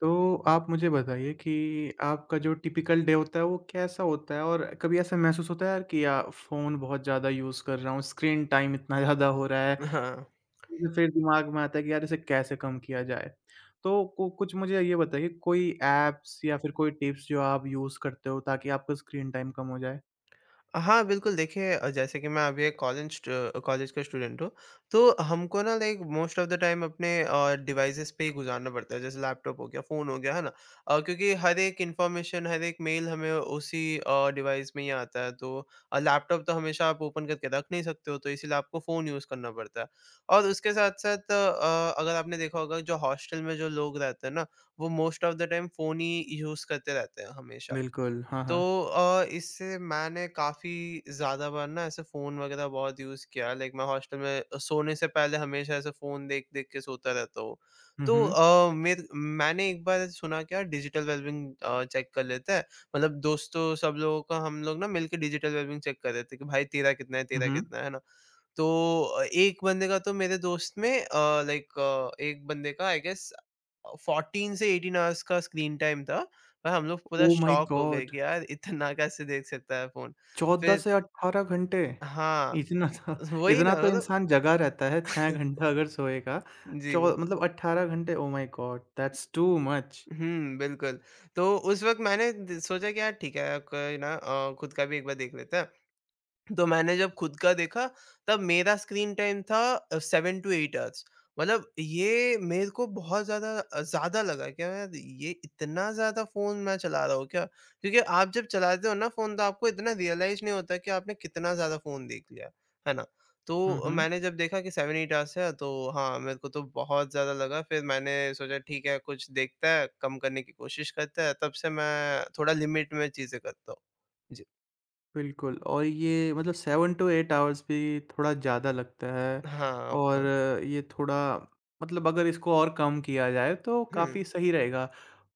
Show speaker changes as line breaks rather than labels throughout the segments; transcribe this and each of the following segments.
तो आप मुझे बताइए कि आपका जो टिपिकल डे होता है वो कैसा होता है? और कभी ऐसा महसूस होता है यार कि या फ़ोन बहुत ज़्यादा यूज़ कर रहा हूँ, स्क्रीन टाइम इतना ज़्यादा हो रहा है,
हाँ।
तो फिर दिमाग में आता है कि यार इसे कैसे कम किया जाए? तो कु कुछ मुझे ये बताइए कोई ऐप्स या फिर कोई टिप्स जो आप यूज़ करते हो ताकि आपका स्क्रीन टाइम कम हो जाए?
हाँ, बिल्कुल देखिए जैसे कि मैं अभी एक कॉलेज का स्टूडेंट हूँ, तो हमको ना like most of the time अपने डिवाइसेज़ पे ही गुज़ारना पड़ता है, जैसे लैपटॉप हो गया, फ़ोन हो गया, है ना? क्योंकि हर एक इन्फॉर्मेशन, हर एक मेल हमें उसी डिवाइस में ही आता है, तो लैपटॉप तो हमेशा आप ओपन करके रख नहीं सकते हो, तो इसीलिए आपको फ़ोन यूज़ करना पड़ता है। और उसके साथ-साथ अगर आपने देखा होगा, जो हॉस्टल में जो लोग रहते हैं ना, वो most of the time phone ही यूज़ करते रहते हैं हमेशा।
बिल्कुल, हाँ,
तो
हाँ।
इससे मैंने काफ़ी ज़्यादा बार ना ऐसे फ़ोन वगैरह बहुत यूज़ किया। लाइक मैं हॉस्टल में सोने से पहले हमेशा ऐसे फ़ोन देख-देख के सोता रहता हूँ।
हुँ,
तो
हुँ।
अ, मेर मैंने एक बार सुना क्या डिजिटल वेल-बीइंग चेक कर लेते हैं। मतलब दोस्तों सब लोगों का हम लोग ना मिलके डिजिटल वेल-बीइंग चेक कर रहे थे कि भाई
हुँ,
तेरा
हुँ।
कितना है ना? तो एक बंदे का तो मेरे दोस्त में लाइक एक बंदे का आई गेस 14 से 18 आवर्स का स्क्रीन टाइम था और हम लोग पूरा
ओह माय
शॉक हो गए
गॉड!
कि यार इतना कैसे देख सकता है फ़ोन।
14
फिर
से 18 घंटे!
हाँ,
इतना तो
वही
इतना
ना
तो
मतलब
इंसान जगा रहता है, 6 घंटा अगर सोएगा,
जी।
चौ मतलब 18 घंटे, oh my god! That's too much.
हुँ, बिल्कुल। तो उस वक़्त मैंने द सोचा कि यार ठीक है, कोई ना खुद का भी एक बार देख लेते हैं। तो मैंने जब खुद का देखा तब मेरा स्क्रीन टाइम था 7 टू 8 आवर्स। मतलब ये मेरे को बहुत ज़्यादा ज़्यादा लगा क्या यार ये इतना ज़्यादा फ़ोन मैं चला रहा हूँ क्या? क्योंकि आप जब चलाते हो ना फ़ोन तो आपको इतना रियलाइज़ नहीं होता कि आपने कितना ज़्यादा फ़ोन देख लिया, है ना?
हुँ,
तो
हुँ।
मैंने जब देखा कि 7-8 आवर्स है तो हाँ, मेरे को तो बहुत ज़्यादा लगा। फिर मैंने सोचा ठीक है कुछ देखता है, कम करने की कोशिश करता है, तब से मैं थोड़ा लिमिट में चीज़ें करता हूँ। जी।
बिल्कुल। और ये मतलब 7 टू 8 आवर्स भी थोड़ा ज़्यादा लगता है
हाँ, ऑफ
और
कोर्स।
ये थोड़ा मतलब अगर इसको और कम किया जाए तो
हुँ।
काफ़ी सही रहेगा।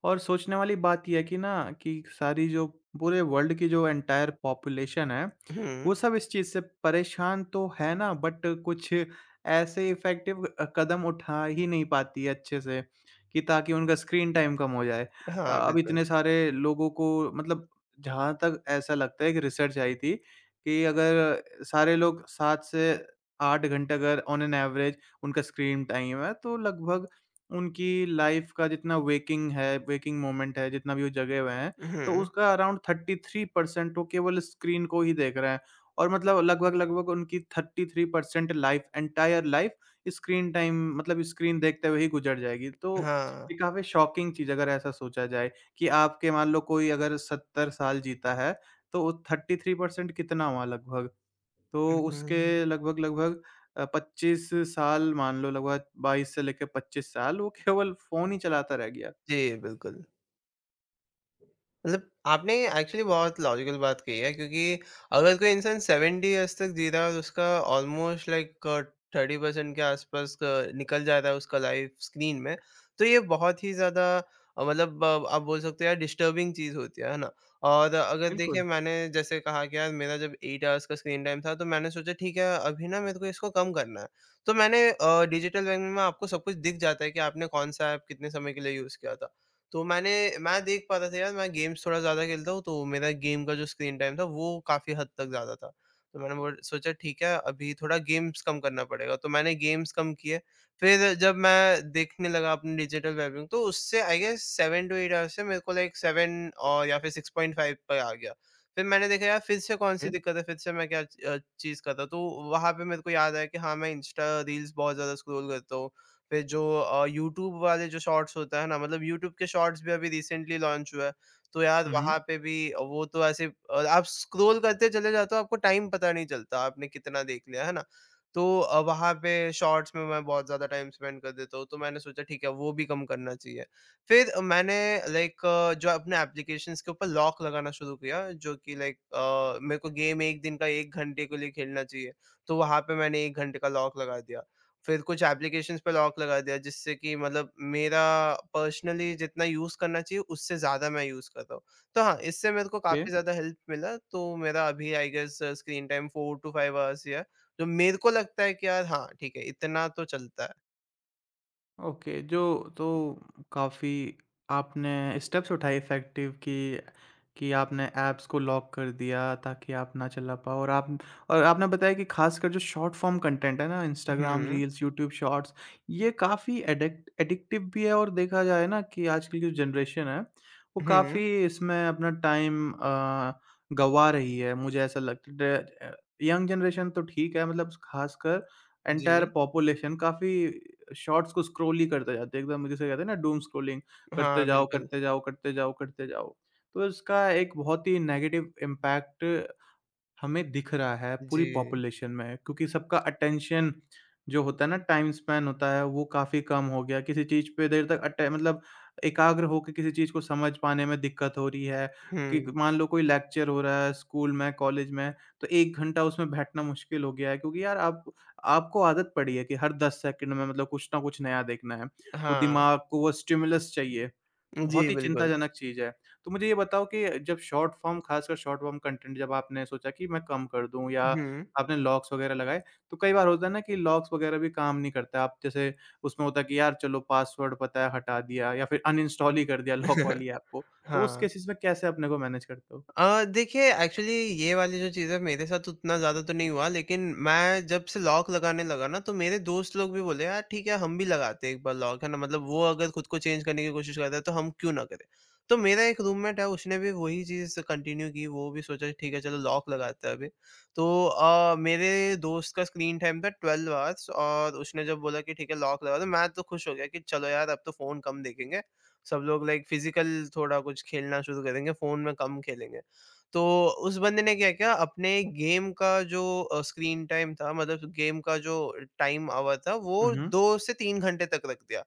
और सोचने वाली बात ये है कि ना कि सारी जो पूरे वर्ल्ड की जो एंटायर पॉपुलेशन है,
हुँ,
वो सब इस चीज़ से परेशान तो है ना, बट कुछ ऐसे इफ़ेक्टिव कदम उठा ही नहीं पाती है अच्छे से कि ताकि उनका स्क्रीन टाइम कम हो जाए। अ,
हाँ,
अब
बिल्कुल।
इतने सारे लोगों को मतलब जहाँ तक ऐसा लगता है कि रिसर्च आई थी कि अगर सारे लोग 7 से 8 घंटे अगर ऑन एन एवरेज उनका स्क्रीन टाइम है, तो लगभग उनकी लाइफ़ का जितना वेकिंग है वेकिंग मोमेंट है, जितना भी वो जगे हुए हैं, तो
हुँ,
उसका अराउंड 33% वो केवल स्क्रीन को ही देख रहे हैं और मतलब लगभग-लगभग उनकी 33% life entire life screen time मतलब स्क्रीन देखते हुए ही गुज़र जाएगी। तो
हाँ,
ये काफ़ी शॉकिंग चीज़ अगर ऐसा सोचा जाए। कि आपके मान लो कोई अगर 70 साल जीता है, तो 33% कितना हुआ लगभग? तो
हुँ, हुँ, हुँ।
उसके लगभग-लगभग 25 साल मान लो लगभग 22 से लेके 25 साल वो केवल फ़ोन ही चलाता रह गया।
जी, बिल्कुल। मतलब आपने एक्चुअली बहुत लॉजिकल बात कही है क्योंकि अगर कोई इंसान 70 इयर्स तक जी रहा है और उसका ऑलमोस्ट लाइक 30% के आसपास का निकल जा रहा है उसका लाइफ स्क्रीन में, तो ये बहुत ही ज़्यादा अ, मतलब अ, आप बोल सकते हो यार डिस्टर्बिंग चीज़ होती है ना। और अगर देखिए
बिल्कुल।
मैंने जैसे कहा कि यार मेरा जब एट आवर्स का स्क्रीन टाइम था तो मैंने सोचा ठीक है अभी ना मेरे को इसको कम करना है। तो मैंने डिजिटल बैंक में आपको सब कुछ दिख जाता है कि आपने कौन सा ऐप कितने समय के लिए यूज़ किया था, तो मैंने मैं देख पाता था यार मैं गेम्स थोड़ा ज़्यादा खेलता हूँ तो मेरा गेम का जो स्क्रीन टाइम था वो काफ़ी हद तक ज़्यादा था। तो मैंने बोल सोचा ठीक है अभी थोड़ा गेम्स कम करना पड़ेगा तो मैंने गेम्स कम किए। फिर जब मैं देखने लगा अपनी डिजिटल वेलबीइंग तो उससे आई गेस 7 टू 8 आवर्स से मेरे को लाइक 7 और या फिर 6.5 पे आ गया। फिर मैंने देखा यार फिर से कौन-सी
हुँ।
दिक्कत है, फिर से मैं क्या चीज़ करता, तो वहाँ पे मेरे को याद आया कि हाँ, मैं इंस्टा रील्स बहुत ज़्यादा स्क्रॉल करता हूँ। पे जो यूट्यूब वाले जो शॉर्ट्स होता है ना मतलब यूट्यूब के शॉर्ट्स भी अभी रिसेंटली लॉन्च हुआ है। तो यार
हुँ, हुँ।
वहाँ पे भी वो तो ऐसे आप स्क्रॉल करते चले जाते हो आपको टाइम पता नहीं चलता आपने कितना देख लिया, है ना? तो वहाँ पे शॉर्ट्स में मैं बहुत ज़्यादा टाइम स्पेंड कर देता हूँ, तो मैंने सोचा ठीक है वो भी कम करना चाहिए। फिर मैंने लाइक जो अपने एप्लीकेशंस के ऊपर लॉक लगाना शुरू किया जो कि लाइक मेरे को गेम 1 दिन का 1 घंटे के लिए खेलना चाहिए, तो वहाँ पे मैंने 1 घंटे का लॉक लगा दिया। फिर कुछ एप्लीकेशंस पे लॉक लगा दिया जिससे कि मतलब मेरा पर्सनली जितना यूज़ करना चाहिए उससे ज़्यादा मैं यूज़ कर रहा हूँ। तो हाँ, इससे मेरे को काफ़ी ज़्यादा हेल्प मिला तो मेरा अभी I guess screen time 4 to 5 hours ही है। जो मेरे को लगता है कि यार हाँ, ठीक है इतना तो चलता है।
ओके, जो तो काफ़ी आपने स्टेप्स उठाए इफ़ेक्टिव कि आपने ऐप्स को लॉक कर दिया ताकि आप ना चला पाओ। और आप और आपने बताया कि ख़ासकर जो शॉर्ट फ़ॉर्म कंटेंट है ना, इंस्टाग्राम
हुँ,
रील्स, यूट्यूब शॉर्ट्स, ये काफ़ी एडिक्टिव भी है। और देखा जाए ना कि आजकल की जो जनरेशन है, वो
हुँ,
काफ़ी इसमें अपना टाइम गँवा रही है, मुझे ऐसा लगता है। यंग जनरेशन तो ठीक है, मतलब ख़ासकर एंटायर
जी।
पॉपुलेशन काफ़ी शॉर्ट्स को स्क्रॉल ही करते जाते हैं, एकदम जिसे कहते हैं ना डूम स्क्रॉलिंग, करते
हाँ,
जाओ,
बिल्कुल।
करते जाओ, करते जाओ, करते जाओ। तो इसका एक बहुत ही नेगेटिव इम्पैक्ट हमें दिख रहा है पूरी
जी।
पॉपुलेशन में क्योंकि सबका अटेंशन जो होता है ना टाइम स्पैन होता है वो काफ़ी कम हो गया। किसी चीज़ पे देर तक अटे मतलब एकाग्र होके किसी चीज़ को समझ पाने में दिक्कत हो रही है कि
हुँ,
मान लो कोई लेक्चर हो रहा है स्कूल में, कॉलेज में, तो 1 घंटा उसमें बैठना मुश्किल हो गया है क्योंकि यार आप आपको आदत पड़ी है कि हर 10 सेकंड में मतलब कुछ ना कुछ नया देखना है। वो
हाँ।
दिमाग को वो स्टिमुलस चाहिए। बहुत
जी,
ही
बिल्कुल।
चिंताजनक चीज़ है। तो मुझे ये बताओ कि जब शॉर्ट फॉर्म, खासकर शॉर्ट फॉर्म कंटेंट जब आपने सोचा कि मैं कम कर दूँ या
हुँ।
आपने लॉक्स वगैरह लगाए, तो कई बार होता है ना कि लॉक्स वगैरह भी काम नहीं करता। आप जैसे उसमें होता है कि यार चलो पासवर्ड पता है हटा दिया या फिर अनइंस्टॉल ही कर दिया लॉक वाली ऐप को। तो उस
हाँ।
केसेस में कैसे अपने को मैनेज करते हो?
देखिए एक्चुअली ये वाली जो चीज़ है मेरे साथ उतना ज़्यादा तो नहीं हुआ, लेकिन मैं जब से लॉक लगाने लगा ना तो मेरे दोस्त लोग भी बोले यार ठीक है हम भी लगाते हैं एक बार लॉक है ना मतलब वो अगर खुद को चेंज करने की कोशिश करता है तो हम क्यों ना करें। तो मेरा एक रूममेट है उसने भी वही चीज़ कंटिन्यू की, वो भी सोचा ठीक है चलो लॉक लगाते हैं अभी। तो मेरे दोस्त का स्क्रीन टाइम था ट्वेल्व आवर्स और उसने जब बोला कि ठीक है लॉक लगा दो मैं तो खुश हो गया कि चलो यार अब तो फ़ोन कम देखेंगे, सब लोग लाइक फिजिकल थोड़ा कुछ खेलना शुरू करेंगे फ़ोन में कम खेलेंगे। तो उस बंदे ने क्या किया अपने गेम का जो स्क्रीन टाइम था मतलब गेम का जो टाइम आवर था
हुँ,
वो
हुँ।
2 से 3 घंटे तक रख दिया।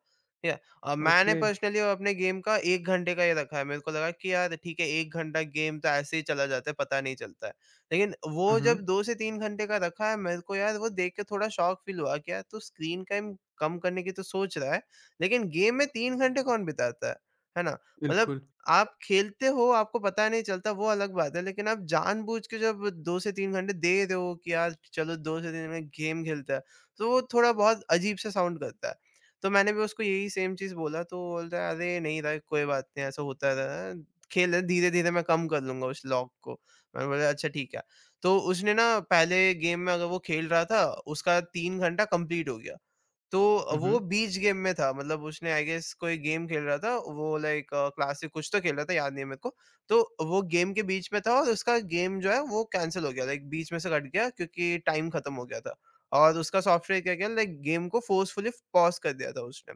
ठीक है? मैंने
ओके।
पर्सनली अपने गेम का 1 घंटे का ही रखा है। मेरे को लगा कि यार ठीक है 1 घंटा गेम तो ऐसे ही चला जाता है पता नहीं चलता है। लेकिन
हुँ,
वो
हुँ।
जब 2 से 3 घंटे का रखा है मेरे को यार वो देख के थोड़ा शॉक फ़ील हुआ कि यार तू स्क्रीन टाइम कम करने की तो सोच रहा है, लेकिन गेम में 3 घंटे कौन बिताता है? है ना? मतलब
बिल्कुल।
आप खेलते हो, आपको पता नहीं चलता वो अलग बात है, लेकिन आप जानबूझ के जब 2 से 3 घंटे दे रहे हो कि यार चलो 2 से 3 में गेम खेलते हैं, तो वो थोड़ा बहुत अजीब सा साउंड करता है। तो मैंने भी उसको यही सेम चीज़ बोला तो वो बोलता है, "अरे! नहीं भाई कोई बात नहीं ऐसा होता रहता है, खेल ले धीरे-धीरे मैं कम कर लूँगा उस लॉक को।" मैंने बोला, "अच्छा ठीक है।" तो उसने ना पहले गेम में अगर वो खेल रहा था, उसका 3 घंटा कंप्लीट हो गया। तो
हुँ, हुँ।
वो बीच गेम में था मतलब उसने आई गेस कोई गेम खेल रहा था वो लाइक क्लासिक कुछ तो खेल रहा था याद नहीं है मेरे को। तो वो गेम के बीच में था और उसका गेम जो है वो कैंसल हो गया लाइक बीच में से कट गया क्योंकि टाइम खत्म हो गया था और उसका सॉफ्टवेयर क्या किया लाइक गेम को फोर्सफुली पॉज़ कर दिया था उसने।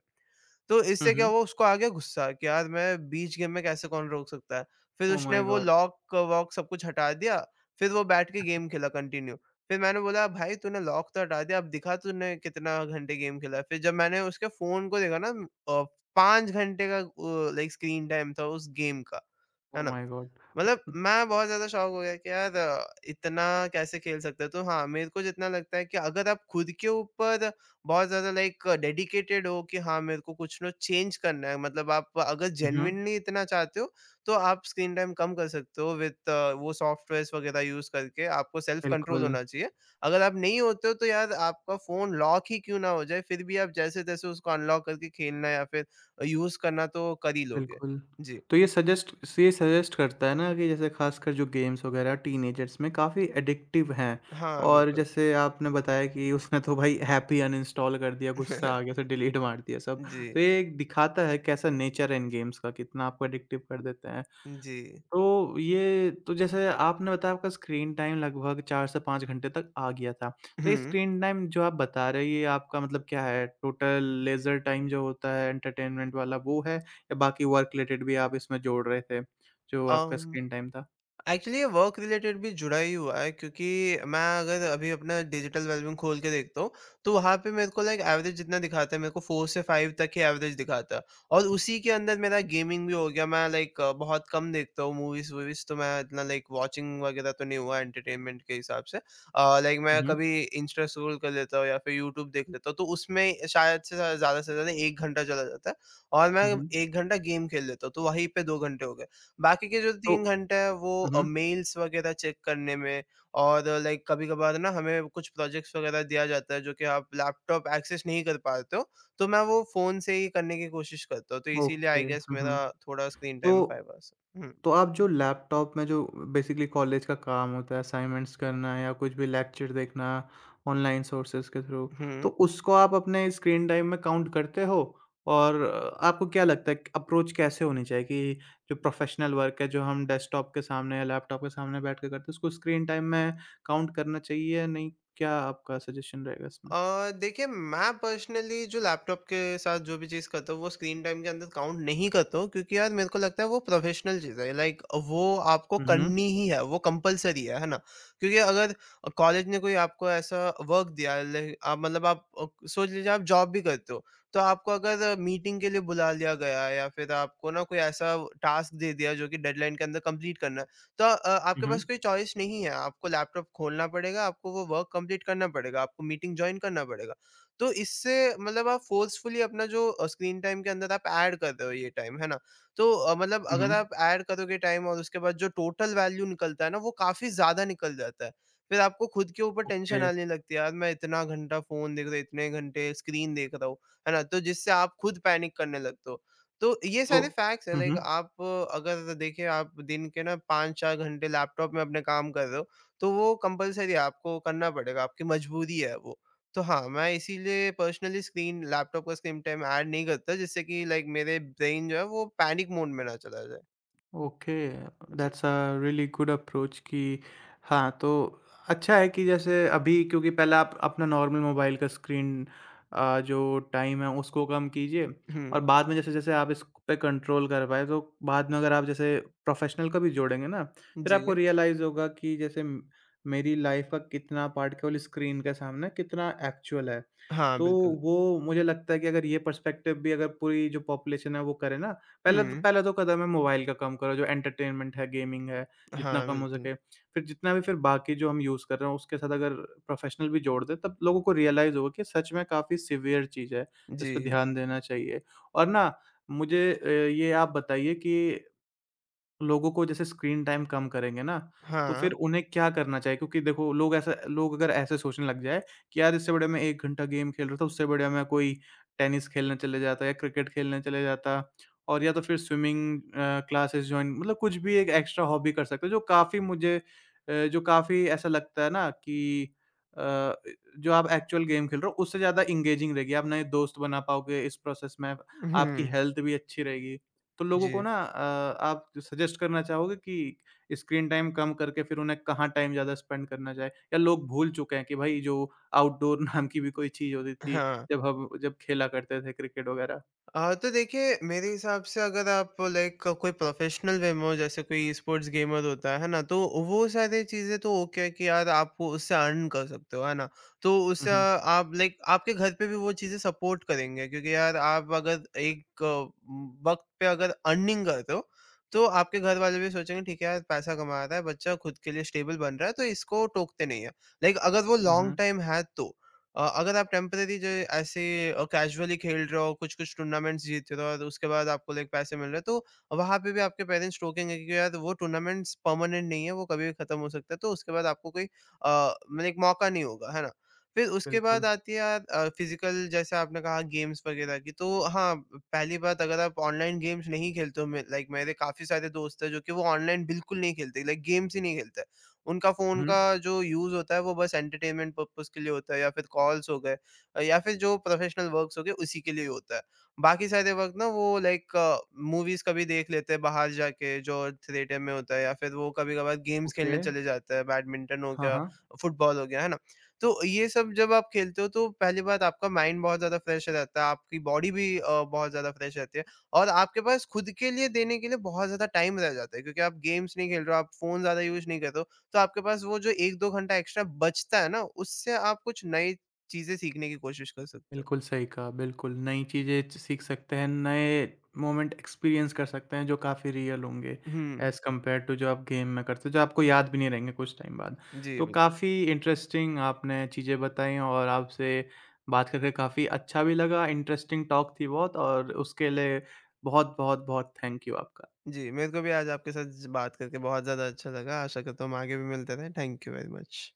तो
हुँ,
इससे क्या
हुँ।
हुआ उसको आ गया गुस्सा कि यार मैं बीच गेम में कैसे कौन रोक सकता है। फिर
ओह
उसने
माय
वो
गॉड!
लॉक वॉक सब कुछ हटा दिया, फिर वो बैठ के गेम खेला कंटिन्यू। फिर मैंने बोला भाई तूने लॉक तो हटा दिया, अब दिखा तूने कितना घंटे गेम खेला है। फिर जब मैंने उसके फ़ोन को देखा ना अ, 5 घंटे का लाइक स्क्रीन टाइम था उस गेम का।
ओह
है ना?
My god!
मतलब मैं बहुत ज़्यादा शॉक हो गया कि यार इतना कैसे खेल सकते हो? तो हाँ, मेरे को जितना लगता है कि अगर आप खुद के ऊपर बहुत ज़्यादा लाइक डेडिकेटेड हो कि हाँ, मेरे को कुछ ना चेंज करना है, मतलब आप अगर
हुँ, हुँ।
जेनुइनली इतना चाहते हो, तो आप स्क्रीन टाइम कम कर सकते हो विथ वो सॉफ्टवेयर्स वगैरह यूज़ करके, आपको सेल्फ कंट्रोल
बिल्कुल।
होना चाहिए। अगर आप नहीं होते हो, तो यार आपका फ़ोन लॉक ही क्यों ना हो जाए, फिर भी आप जैसे-तैसे उसको अनलॉक करके खेलना या फिर यूज़ करना तो कर ही लोगे।
बिल्कुल।
जी।
तो ये सजेस्ट से ये सजेस्ट करता है ना कि जैसे ख़ासकर जो गेम्स वग़ैरह टीनेजर्स में काफ़ी एडिक्टिव हैं।
हाँ,
और
बिल्कुल।
जैसे आपने बताया कि उसने तो भाई ऐप ही अनइंस्टॉल कर दिया, गुस्सा आ गया, उसे डिलीट मार दिया सब।
जी,
तो ये दिखाता है कैसा नेचर है इन गेम्स का, कितना आपको एडिक्टिव कर देते हैं।
जी।
तो ये तो जैसे आपने बताया आपका स्क्रीन टाइम लगभग 4 से 5 घंटे तक आ गया था। तो ये
हुँ।
स्क्रीन टाइम जो आप बता रहे हो ये आपका मतलब क्या है? टोटल लेज़र टाइम जो होता है एंटरटेनमेंट वाला वो है या बाकी वर्क रिलेटेड भी आप इसमें जोड़ रहे थे, जो आपका
अम
स्क्रीन टाइम था?
एक्चुअली ये वर्क रिलेटेड भी जुड़ा ही हुआ है क्योंकि मैं अगर अभी अपना डिजिटल वेलबींग खोल के देखता हूँ तो वहाँ पे मेरे को लाइक एवरेज जितना दिखाता है मेरे को फोर से फाइव तक ही एवरेज दिखाता है और उसी के अंदर मेरा गेमिंग भी हो गया मैं लाइक बहुत कम देखता हूँ मूवीज वूवीज तो मैं इतना लाइक वॉचिंग वगैरह तो नहीं हुआ एंटरटेनमेंट के हिसाब से। लाइक मैं
हुँ, हुँ।
कभी इंस्टा स्क्रॉल कर लेता हूँ या फिर यूट्यूब देख लेता हूँ तो उसमें शायद से ज़्यादा एक घंटा चला जाता है और मैं
हुँ, हुँ।
एक घंटा गेम खेल लेता हूँ तो वहीं पे दो घंटे हो गए, बाकी के जो
तो
3 घंटे हैं वो
हुँ, हुँ।
मेल्स वगैरह चेक करने में और लाइक कभी-कभार ना हमें कुछ प्रोजेक्ट्स वगैरह दिया जाता है जो कि आप लैपटॉप एक्सेस नहीं कर पाते हो, तो मैं वो फ़ोन से ही करने की कोशिश करता हूँ। तो इसीलिए आई
ओके।
गेस
हुँ,
मेरा
हुँ।
थोड़ा स्क्रीन टाइम 5
तो
आवर्स है। हुँ।
तो आप जो लैपटॉप में जो बेसिकली कॉलेज का काम होता है असाइनमेंट्स करना या कुछ भी लेक्चर देखना ऑनलाइन सोर्सेज के थ्रू, तो
हुँ।
उसको आप अपने स्क्रीन टाइम में काउंट करते हो? और आपको क्या लगता है कि अप्रोच कैसे होनी चाहिए कि जो प्रोफ़ेशनल वर्क है जो हम डेस्कटॉप के सामने या लैपटॉप के सामने बैठ के करते हैं उसको स्क्रीन टाइम में काउंट करना चाहिए या नहीं? क्या आपका सजेशन रहेगा इसमें?
देखिए मैं पर्सनली जो लैपटॉप के साथ जो भी चीज़ करता हूँ वो स्क्रीन टाइम के अंदर काउंट नहीं करता हूँ, क्योंकि यार मेरे को लगता है वो प्रोफेशनल चीज़ है। लाइक वो आपको
हुँ, हुँ।
करनी ही है, वो कंपलसरी है ना? क्योंकि अगर कॉलेज ने कोई आपको ऐसा वर्क दिया है, लाइक आप मतलब आप सोच लीजिए आप जॉब भी करते हो, तो आपको अगर मीटिंग के लिए बुला लिया गया या फिर आपको ना कोई ऐसा टास्क दे दिया जो कि डेडलाइन के अंदर कंप्लीट करना है, तो
हुँ,
आपके पास
हुँ।
कोई चॉइस नहीं है, आपको लैपटॉप खोलना पड़ेगा, आपको वो वर्क कंप्लीट करना पड़ेगा, आपको मीटिंग जॉइन करना पड़ेगा। तो इससे मतलब आप फ़ोर्सफुली अपना जो स्क्रीन टाइम के अंदर आप ऐड कर रहे हो ये टाइम, है ना? तो मतलब
हुँ,
अगर
हुँ।
आप ऐड करोगे टाइम और उसके बाद जो टोटल वैल्यू निकलता है ना, वो काफ़ी ज़्यादा निकल जाता है। फिर आपको खुद के ऊपर
ओके,
टेंशन आने लगती है, यार मैं इतना घंटा फ़ोन देख रहा हूँ, इतने घंटे स्क्रीन देख रहा हूँ, है ना? तो जिससे आप खुद पैनिक करने लगते हो। तो ये
तो
सारे फैक्ट्स हैं।
हुँ,
लाइक
हुँ।
आप अगर देखिए आप दिन के ना 5-4 घंटे लैपटॉप में अपने काम कर रहे हो, तो वो कंपल्सरी है, आपको करना पड़ेगा, आपकी मजबूरी है वो। तो हाँ, मैं इसीलिए पर्सनली स्क्रीन लैपटॉप का स्क्रीन टाइम ऐड नहीं करता, जिससे कि लाइक मेरे ब्रेन जो है वो पैनिक मोड में ना चला जाए।
ओके।
जी।
That's a really good approach कि हाँ तो अच्छा है कि जैसे अभी क्योंकि पहले आप अपना नॉर्मल मोबाइल का स्क्रीन जो टाइम है उसको कम कीजिए।
हुँ।
और बाद में जैसे जैसे आप इस पे कंट्रोल कर पाए तो बाद में अगर आप जैसे प्रोफेशनल का भी जोड़ेंगे ना फिर आपको
जी।
रियलाइज़ होगा कि मेरी लाइफ का कितना पार्ट केवल स्क्रीन के सामने कितना एक्चुअल है।
हाँ,
तो
बिल्कुल।
वो मुझे लगता है कि अगर ये पर्सपेक्टिव भी अगर पूरी जो पॉपुलेशन है वो करे ना, पहले तो
हुँ।
पहला तो कदम है मोबाइल का कम करो, जो एंटरटेनमेंट है, गेमिंग है, जितना
हाँ,
कम हो
बिल्कुल।
सके। फिर जितना भी फिर बाकी जो हम यूज़ कर रहे हैं, उसके साथ अगर प्रोफ़ेशनल भी जोड़ दें, तब लोगों को रियलाइज़ होगा कि सच में काफ़ी सीवियर चीज़ है,
जी।
इस पे ध्यान देना चाहिए। और ना मुझे ये आप बताइए कि लोगों को जैसे स्क्रीन टाइम कम करेंगे ना, तो फिर
हाँ।
उन्हें क्या करना चाहिए? क्योंकि देखो लोग ऐसा लोग अगर ऐसे सोचने लग जाए कि यार इससे बढ़िया मैं 1 घंटा गेम खेल रहा था, उससे बढ़िया मैं कोई टेनिस खेलने चले जाता या क्रिकेट खेलने चले जाता और या तो फिर स्विमिंग क्लासेस जॉइन, मतलब कुछ भी एक एक्स्ट्रा हॉबी कर सकते हैं जो काफ़ी मुझे जो काफ़ी ऐसा लगता है ना कि अ, जो आप एक्चुअल गेम खेल रहे हो उससे ज़्यादा एंगेजिंग रहेगी। आप नए दोस्त बना पाओगे इस प्रोसेस में, आपकी
हुँ।
हेल्थ भी अच्छी रहेगी। तो लोगों को
जी।
ना आप सजेस्ट करना चाहोगे कि स्क्रीन टाइम कम करके फिर उन्हें कहाँ टाइम ज़्यादा स्पेंड करना चाहिए? या लोग भूल चुके हैं कि भाई जो आउटडोर नाम की भी कोई चीज़ होती थी,
हाँ।
जब हम जब खेला करते थे क्रिकेट वगैरह?
तो देखिए मेरे हिसाब से अगर आप लाइक कोई प्रोफेशनल वे में हो, जैसे कोई स्पोर्ट्स गेमर होता है ना, तो वो सारी चीज़ें तो ओके है कि यार आप वो उससे अर्न कर सकते हो, है ना? तो
हुँ,
उससे
हुँ।
आप लाइक आपके घर पे भी वो चीज़ें सपोर्ट करेंगे, क्योंकि यार आप अगर एक वक्त पे अगर अर्निंग करते हो, तो आपके घर वाले भी सोचेंगे ठीक है यार पैसा कमा रहा है बच्चा, खुद के लिए स्टेबल बन रहा है, तो इसको टोकते नहीं है। लाइक अगर वो
हुँ,
लॉन्ग
हुँ।
टाइम है तो अगर आप टेम्परेरी जो है ऐसे कैजुअली खेल रहे हो, कुछ-कुछ टूर्नामेंट्स जीत रहे हो और उसके बाद आपको लाइक पैसे मिल रहे हैं, तो वहाँ पे भी आपके पेरेंट्स टोकेंगे कि यार वो टूर्नामेंट्स परमानेंट नहीं है, वो कभी भी खत्म हो सकता है, तो उसके बाद आपको कोई मतलब एक मौका नहीं होगा, है ना? फिर उसके बाद
बिल्कुल।
आती है यार फिज़िकल जैसे आपने कहा गेम्स वगैरह की, तो हाँ, पहली बात अगर आप ऑनलाइन गेम्स नहीं खेलते हो, मे लाइक मेरे काफ़ी सारे दोस्त हैं जो कि वो ऑनलाइन बिल्कुल नहीं खेलते, लाइक गेम्स ही नहीं खेलते। उनका
हुँ,
फ़ोन
हुँ।
का जो यूज़ होता है वो बस एंटरटेनमेंट पर्पज़ के लिए होता है या फिर कॉल्स हो गए, या फिर जो प्रोफ़ेशनल वर्क्स हो गए, उसी के लिए होता है। बाकी सारे वर्क ना वो लाइक मूवीज़ कभी देख लेते हैं बाहर जाके जो थिएटर में होता है, या फिर वो कभी-कभार गेम्स
ओके।
खेलने चले जाते हैं, बैडमिंटन हो
हाँ,
गया,
हाँ।
फुटबॉल हो गया, है ना? तो ये सब जब आप खेलते हो, तो पहली बात आपका माइंड बहुत ज़्यादा फ्रेश रहता है, आपकी बॉडी भी बहुत ज़्यादा फ्रेश रहती है, और आपके पास खुद के लिए देने के लिए बहुत ज़्यादा टाइम रह जाता है, क्योंकि आप गेम्स नहीं खेल रहे हो, आप फ़ोन ज़्यादा यूज़ नहीं कर रहे हो। तो आपके पास वो जो 1-2 घंटा एक्स्ट्रा बचता है ना, उससे आप कुछ नई चीज़ें सीखने की कोशिश कर सकते हो।
बिल्कुल सही कहा, बिल्कुल नई चीज़ें च सीख सकते हैं, नए मोमेंट एक्सपीरियंस कर सकते हैं जो काफ़ी रियल होंगे
हुँ।
एज़ कम्पेयर टू जो आप गेम में करते हो, जो आपको याद भी नहीं रहेंगे कुछ टाइम बाद।
जी,
तो
बिल्कुल।
काफ़ी इंटरेस्टिंग आपने चीज़ें बताई और आपसे बात करके काफ़ी अच्छा भी लगा, इंटरेस्टिंग टॉक थी बहुत और उसके लिए बहुत-बहुत बहुत बहुत थैंक यू आपका।
जी, मेरे को भी आज आपके साथ बात करके बहुत ज़्यादा अच्छा लगा। आशा करता हूँ हम आगे भी मिलते रहें। Thank you very much.